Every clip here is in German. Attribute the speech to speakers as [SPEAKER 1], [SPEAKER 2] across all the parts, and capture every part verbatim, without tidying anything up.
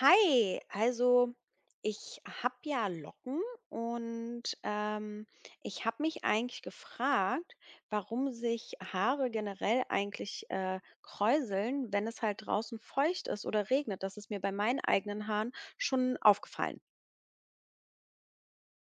[SPEAKER 1] Hi, also ich habe ja Locken und ähm, ich habe mich eigentlich gefragt, warum sich Haare generell eigentlich äh, kräuseln, wenn es halt draußen feucht ist oder regnet. Das ist mir bei meinen eigenen Haaren schon aufgefallen.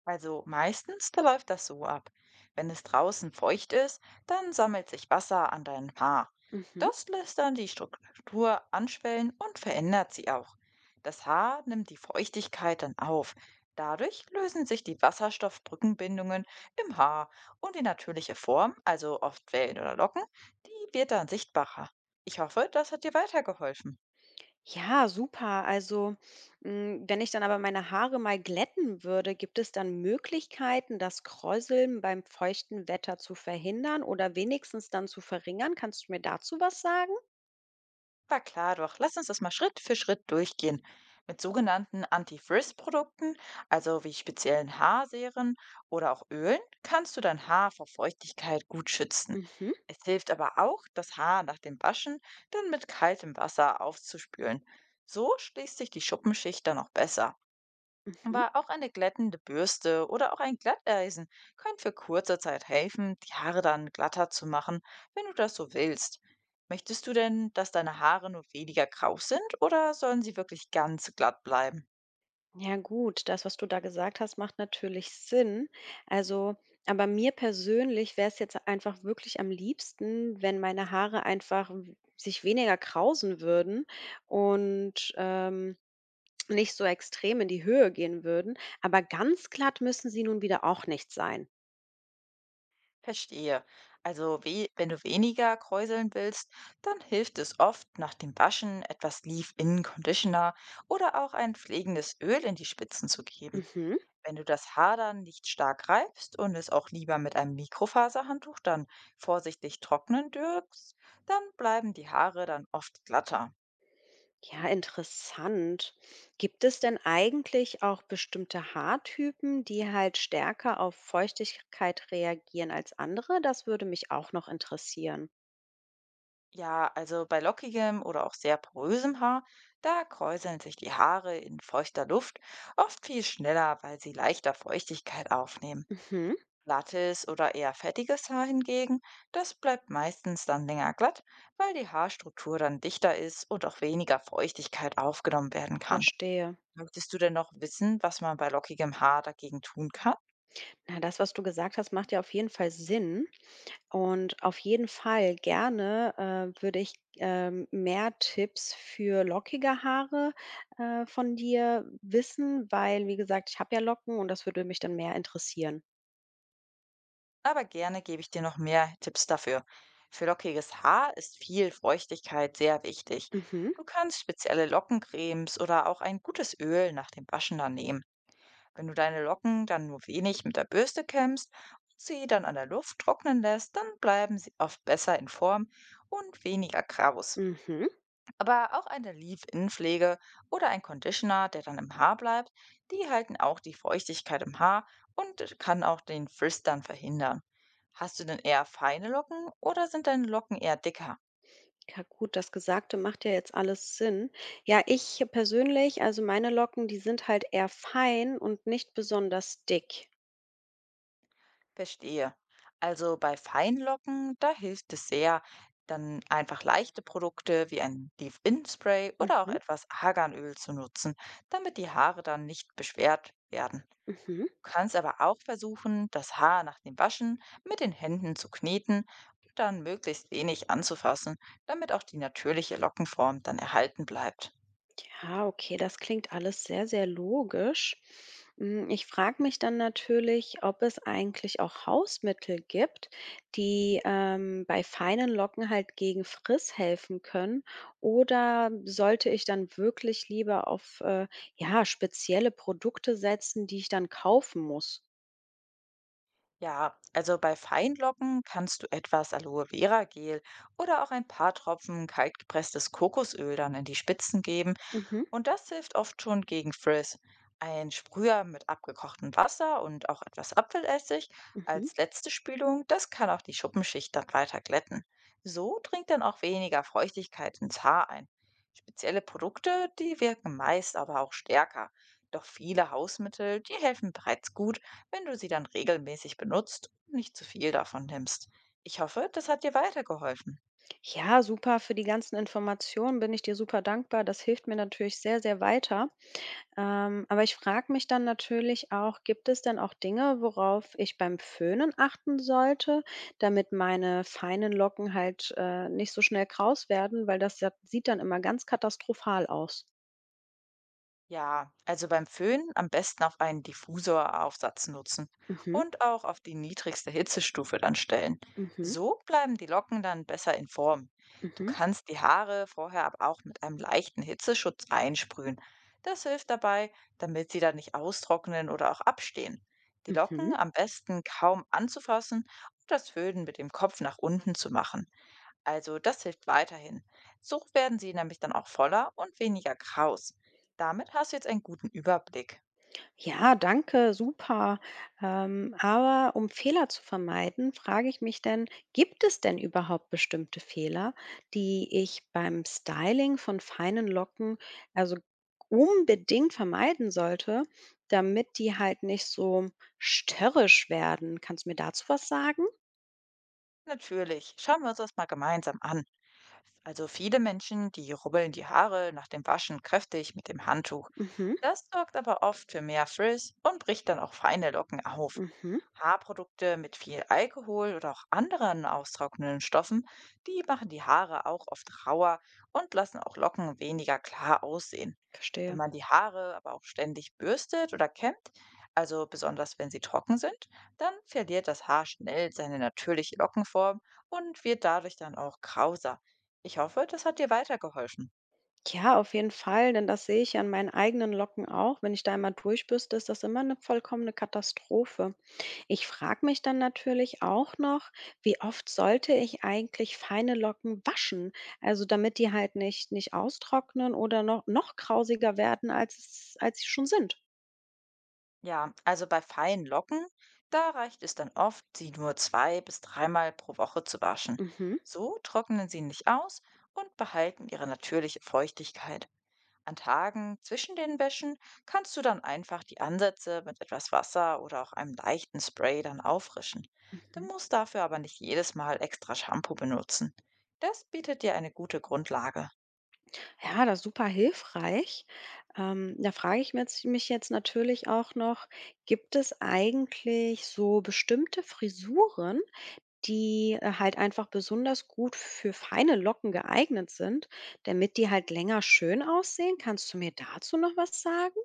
[SPEAKER 2] Also meistens, da läuft das so ab. Wenn es draußen feucht ist, dann sammelt sich Wasser an deinem Haar.
[SPEAKER 1] Mhm.
[SPEAKER 2] Das lässt dann die Struktur anschwellen und verändert sie auch. Das Haar nimmt die Feuchtigkeit dann auf. Dadurch lösen sich die Wasserstoffbrückenbindungen im Haar und die natürliche Form, also oft Wellen oder Locken, die wird dann sichtbarer. Ich hoffe, das hat dir weitergeholfen.
[SPEAKER 1] Ja, super. Also, hm, wenn ich dann aber meine Haare mal glätten würde, gibt es dann Möglichkeiten, das Kräuseln beim feuchten Wetter zu verhindern oder wenigstens dann zu verringern? Kannst du mir dazu was sagen?
[SPEAKER 2] Aber klar doch, lass uns das mal Schritt für Schritt durchgehen. Mit sogenannten Anti-Frizz-Produkten, also wie speziellen Haarseren oder auch Ölen, kannst du dein Haar vor Feuchtigkeit gut schützen.
[SPEAKER 1] Mhm,
[SPEAKER 2] Es hilft aber auch, das Haar nach dem Waschen dann mit kaltem Wasser aufzuspülen. So schließt sich die Schuppenschicht dann auch besser.
[SPEAKER 1] mhm.
[SPEAKER 2] Aber auch eine glättende Bürste oder auch ein Glatteisen können für kurze Zeit helfen, die Haare dann glatter zu machen, wenn du das so willst. Möchtest du denn, dass deine Haare nur weniger grau sind oder sollen sie wirklich ganz glatt bleiben?
[SPEAKER 1] Ja gut, das, was du da gesagt hast, macht natürlich Sinn. Also, aber mir persönlich wäre es jetzt einfach wirklich am liebsten, wenn meine Haare einfach w- sich weniger krausen würden und ähm, nicht so extrem in die Höhe gehen würden, aber ganz glatt müssen sie nun wieder auch nicht sein.
[SPEAKER 2] Verstehe. Also we wenn du weniger kräuseln willst, dann hilft es oft, nach dem Waschen etwas Leave-In-Conditioner oder auch ein pflegendes Öl in die Spitzen zu geben.
[SPEAKER 1] Mhm.
[SPEAKER 2] Wenn du das Haar dann nicht stark reibst und es auch lieber mit einem Mikrofaserhandtuch dann vorsichtig trocknen dürfst, dann bleiben die Haare dann oft glatter.
[SPEAKER 1] Ja, interessant. Gibt es denn eigentlich auch bestimmte Haartypen, die halt stärker auf Feuchtigkeit reagieren als andere? Das würde mich auch noch interessieren.
[SPEAKER 2] Ja, also bei lockigem oder auch sehr porösem Haar, da kräuseln sich die Haare in feuchter Luft oft viel schneller, weil sie leichter Feuchtigkeit aufnehmen.
[SPEAKER 1] Mhm.
[SPEAKER 2] Glattes oder eher fettiges Haar hingegen, das bleibt meistens dann länger glatt, weil die Haarstruktur dann dichter ist und auch weniger Feuchtigkeit aufgenommen werden kann.
[SPEAKER 1] Verstehe.
[SPEAKER 2] Möchtest du denn noch wissen, was man bei lockigem Haar dagegen tun kann?
[SPEAKER 1] Na, das, was du gesagt hast, macht ja auf jeden Fall Sinn. Und auf jeden Fall gerne, äh, würde ich, ähm, mehr Tipps für lockige Haare, äh, von dir wissen, weil, wie gesagt, ich habe ja Locken und das würde mich dann mehr interessieren.
[SPEAKER 2] Aber gerne gebe ich dir noch mehr Tipps dafür. Für lockiges Haar ist viel Feuchtigkeit sehr wichtig.
[SPEAKER 1] Mhm,
[SPEAKER 2] Du kannst spezielle Lockencremes oder auch ein gutes Öl nach dem Waschen dann nehmen. Wenn du deine Locken dann nur wenig mit der Bürste kämmst und sie dann an der Luft trocknen lässt, dann bleiben sie oft besser in Form und weniger Gravus.
[SPEAKER 1] mhm.
[SPEAKER 2] Aber auch eine Leave-In-Pflege oder ein Conditioner, der dann im Haar bleibt, die halten auch die Feuchtigkeit im Haar und äh, kann auch den Frizz dann verhindern. Hast du denn eher feine Locken oder sind deine Locken eher dicker?
[SPEAKER 1] Ja gut, das Gesagte macht ja jetzt alles Sinn. Ja, ich persönlich, also meine Locken, die sind halt eher fein und nicht besonders dick.
[SPEAKER 2] Verstehe. Also bei feinen Locken, da hilft es sehr, dann einfach leichte Produkte wie ein Leave-In-Spray oder auch
[SPEAKER 1] Mhm,
[SPEAKER 2] etwas Arganöl zu nutzen, damit die Haare dann nicht beschwert werden.
[SPEAKER 1] mhm.
[SPEAKER 2] Du kannst aber auch versuchen, das Haar nach dem Waschen mit den Händen zu kneten und dann möglichst wenig anzufassen, damit auch die natürliche Lockenform dann erhalten bleibt.
[SPEAKER 1] Ja, okay, das klingt alles sehr, sehr logisch. Hm, ich frage mich dann natürlich, ob es eigentlich auch Hausmittel gibt, die, ähm, bei feinen Locken halt gegen Friss helfen können oder sollte ich dann wirklich lieber auf, äh, ja, spezielle Produkte setzen, die ich dann kaufen muss?
[SPEAKER 2] Ja, also bei Feinlocken kannst du etwas Aloe Vera Gel oder auch ein paar Tropfen kaltgepresstes Kokosöl dann in die Spitzen geben.
[SPEAKER 1] Mhm,
[SPEAKER 2] Und das hilft oft schon gegen Frizz. Ein Sprüher mit abgekochtem Wasser und auch etwas Apfelessig
[SPEAKER 1] mhm.
[SPEAKER 2] als letzte Spülung, das kann auch die Schuppenschicht dann weiter glätten. So dringt dann auch weniger Feuchtigkeit ins Haar ein. Spezielle Produkte, die wirken meist aber auch stärker. Doch viele Hausmittel, die helfen bereits gut, wenn du sie dann regelmäßig benutzt und nicht zu viel davon nimmst. Ich hoffe, das hat dir weitergeholfen.
[SPEAKER 1] Ja, super. Für die ganzen Informationen bin ich dir super dankbar. Das hilft mir natürlich sehr, sehr weiter. Ähm, aber ich frage mich dann natürlich auch, gibt es denn auch Dinge, worauf ich beim Föhnen achten sollte, damit meine feinen Locken halt, äh, nicht so schnell kraus werden, weil das ja sieht dann immer ganz katastrophal aus.
[SPEAKER 2] Ja, also beim Föhnen am besten auf einen Diffusoraufsatz nutzen
[SPEAKER 1] Mhm,
[SPEAKER 2] und auch auf die niedrigste Hitzestufe dann stellen.
[SPEAKER 1] mhm,
[SPEAKER 2] So bleiben die Locken dann besser in Form.
[SPEAKER 1] mhm,
[SPEAKER 2] Du
[SPEAKER 1] mhm,
[SPEAKER 2] kannst die Haare vorher aber auch mit einem leichten Hitzeschutz einsprühen. Das hilft dabei, damit sie dann nicht austrocknen oder auch abstehen. Die Locken
[SPEAKER 1] mhm.
[SPEAKER 2] am besten kaum anzufassen und das Föhnen mit dem Kopf nach unten zu machen. Also das hilft weiterhin. So werden sie nämlich dann auch voller und weniger kraus. Damit hast du jetzt einen guten Überblick.
[SPEAKER 1] Ja, danke, super. Ähm, aber um Fehler zu vermeiden, frage ich mich denn, gibt es denn überhaupt bestimmte Fehler, die ich beim Styling von feinen Locken also unbedingt vermeiden sollte, damit die halt nicht so störrisch werden? Kannst du mir dazu was sagen?
[SPEAKER 2] Natürlich, schauen wir uns das mal gemeinsam an. Also viele Menschen, die rubbeln die Haare nach dem Waschen kräftig mit dem Handtuch.
[SPEAKER 1] Mhm,
[SPEAKER 2] Das sorgt aber oft für mehr Frizz und bricht dann auch feine Locken auf.
[SPEAKER 1] mhm,
[SPEAKER 2] Haarprodukte mit viel Alkohol oder auch anderen austrocknenden Stoffen, die machen die Haare auch oft rauer und lassen auch Locken weniger klar aussehen. Wenn
[SPEAKER 1] verstehe.
[SPEAKER 2] man die Haare aber auch ständig bürstet oder kämmt, also besonders wenn sie trocken sind, dann verliert das Haar schnell seine natürliche Lockenform und wird dadurch dann auch grausamer. Ich hoffe, das hat dir weitergeholfen.
[SPEAKER 1] Ja, auf jeden Fall, denn das sehe ich an meinen eigenen Locken auch. Wenn ich da einmal durchbürste, ist das immer eine vollkommene Katastrophe. Ich frage mich dann natürlich auch noch, wie oft sollte ich eigentlich feine Locken waschen? Also damit die halt nicht nicht austrocknen oder noch noch grausiger werden, als es als sie schon sind.
[SPEAKER 2] Ja, also bei feinen Locken, da reicht es dann oft, sie nur zwei bis dreimal pro Woche zu waschen.
[SPEAKER 1] Mhm,
[SPEAKER 2] So trocknen sie nicht aus und behalten ihre natürliche Feuchtigkeit. An Tagen zwischen den Wäschen kannst du dann einfach die Ansätze mit etwas Wasser oder auch einem leichten Spray dann auffrischen. Du
[SPEAKER 1] mhm.
[SPEAKER 2] musst dafür aber nicht jedes Mal extra Shampoo benutzen. Das bietet dir eine gute Grundlage.
[SPEAKER 1] Ja, das ist super hilfreich. Ähm, da frage ich mir jetzt, mich jetzt natürlich auch noch, gibt es eigentlich so bestimmte Frisuren, die, äh, halt einfach besonders gut für feine Locken geeignet sind, damit die halt länger schön aussehen. Kannst du mir dazu noch was sagen?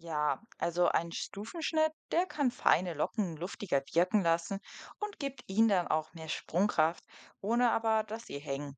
[SPEAKER 2] Ja, also ein Stufenschnitt, der kann feine Locken luftiger wirken lassen und gibt ihnen dann auch mehr Sprungkraft, ohne aber, dass sie hängen.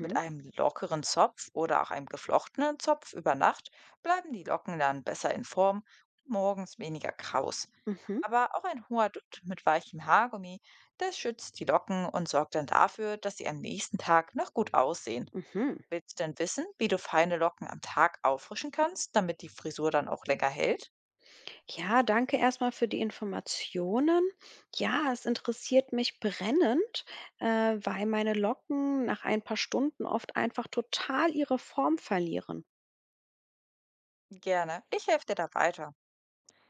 [SPEAKER 2] Mit einem lockeren Zopf oder auch einem geflochtenen Zopf über Nacht bleiben die Locken dann besser in Form und morgens weniger kraus.
[SPEAKER 1] mhm,
[SPEAKER 2] Aber auch ein hoher Dutt mit weichem Haargummi, das schützt die Locken und sorgt dann dafür, dass sie am nächsten Tag noch gut aussehen.
[SPEAKER 1] mhm.
[SPEAKER 2] Willst du denn wissen, wie du feine Locken am Tag auffrischen kannst, damit die Frisur dann auch länger hält?
[SPEAKER 1] Ja, danke erstmal für die Informationen. Ja, es interessiert mich brennend, äh, weil meine Locken nach ein paar Stunden oft einfach total ihre Form verlieren.
[SPEAKER 2] Gerne. Ich helfe dir da weiter.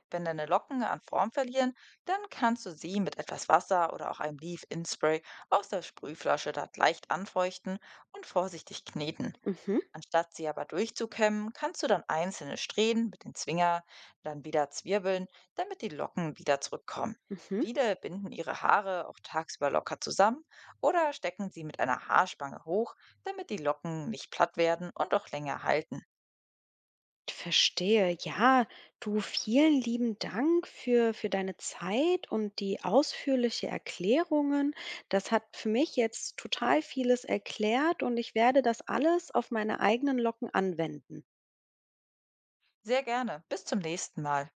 [SPEAKER 2] Wenn deine Locken an Form verlieren, dann kannst du sie mit etwas Wasser oder auch einem Leave-In-Spray aus der Sprühflasche dort leicht anfeuchten und vorsichtig kneten.
[SPEAKER 1] Mhm,
[SPEAKER 2] Anstatt sie aber durchzukämmen, kannst du dann einzelne Strähnen mit dem Zwinger dann wieder zwirbeln, damit die Locken wieder zurückkommen.
[SPEAKER 1] mhm.
[SPEAKER 2] Viele binden ihre Haare auch tagsüber locker zusammen oder stecken sie mit einer Haarspange hoch, damit die Locken nicht platt werden und auch länger halten.
[SPEAKER 1] Verstehe. Ja, du, vielen lieben Dank für, für deine Zeit und die ausführliche Erklärungen. Das hat für mich jetzt total vieles erklärt und ich werde das alles auf meine eigenen Locken anwenden.
[SPEAKER 2] Sehr gerne. Bis zum nächsten Mal.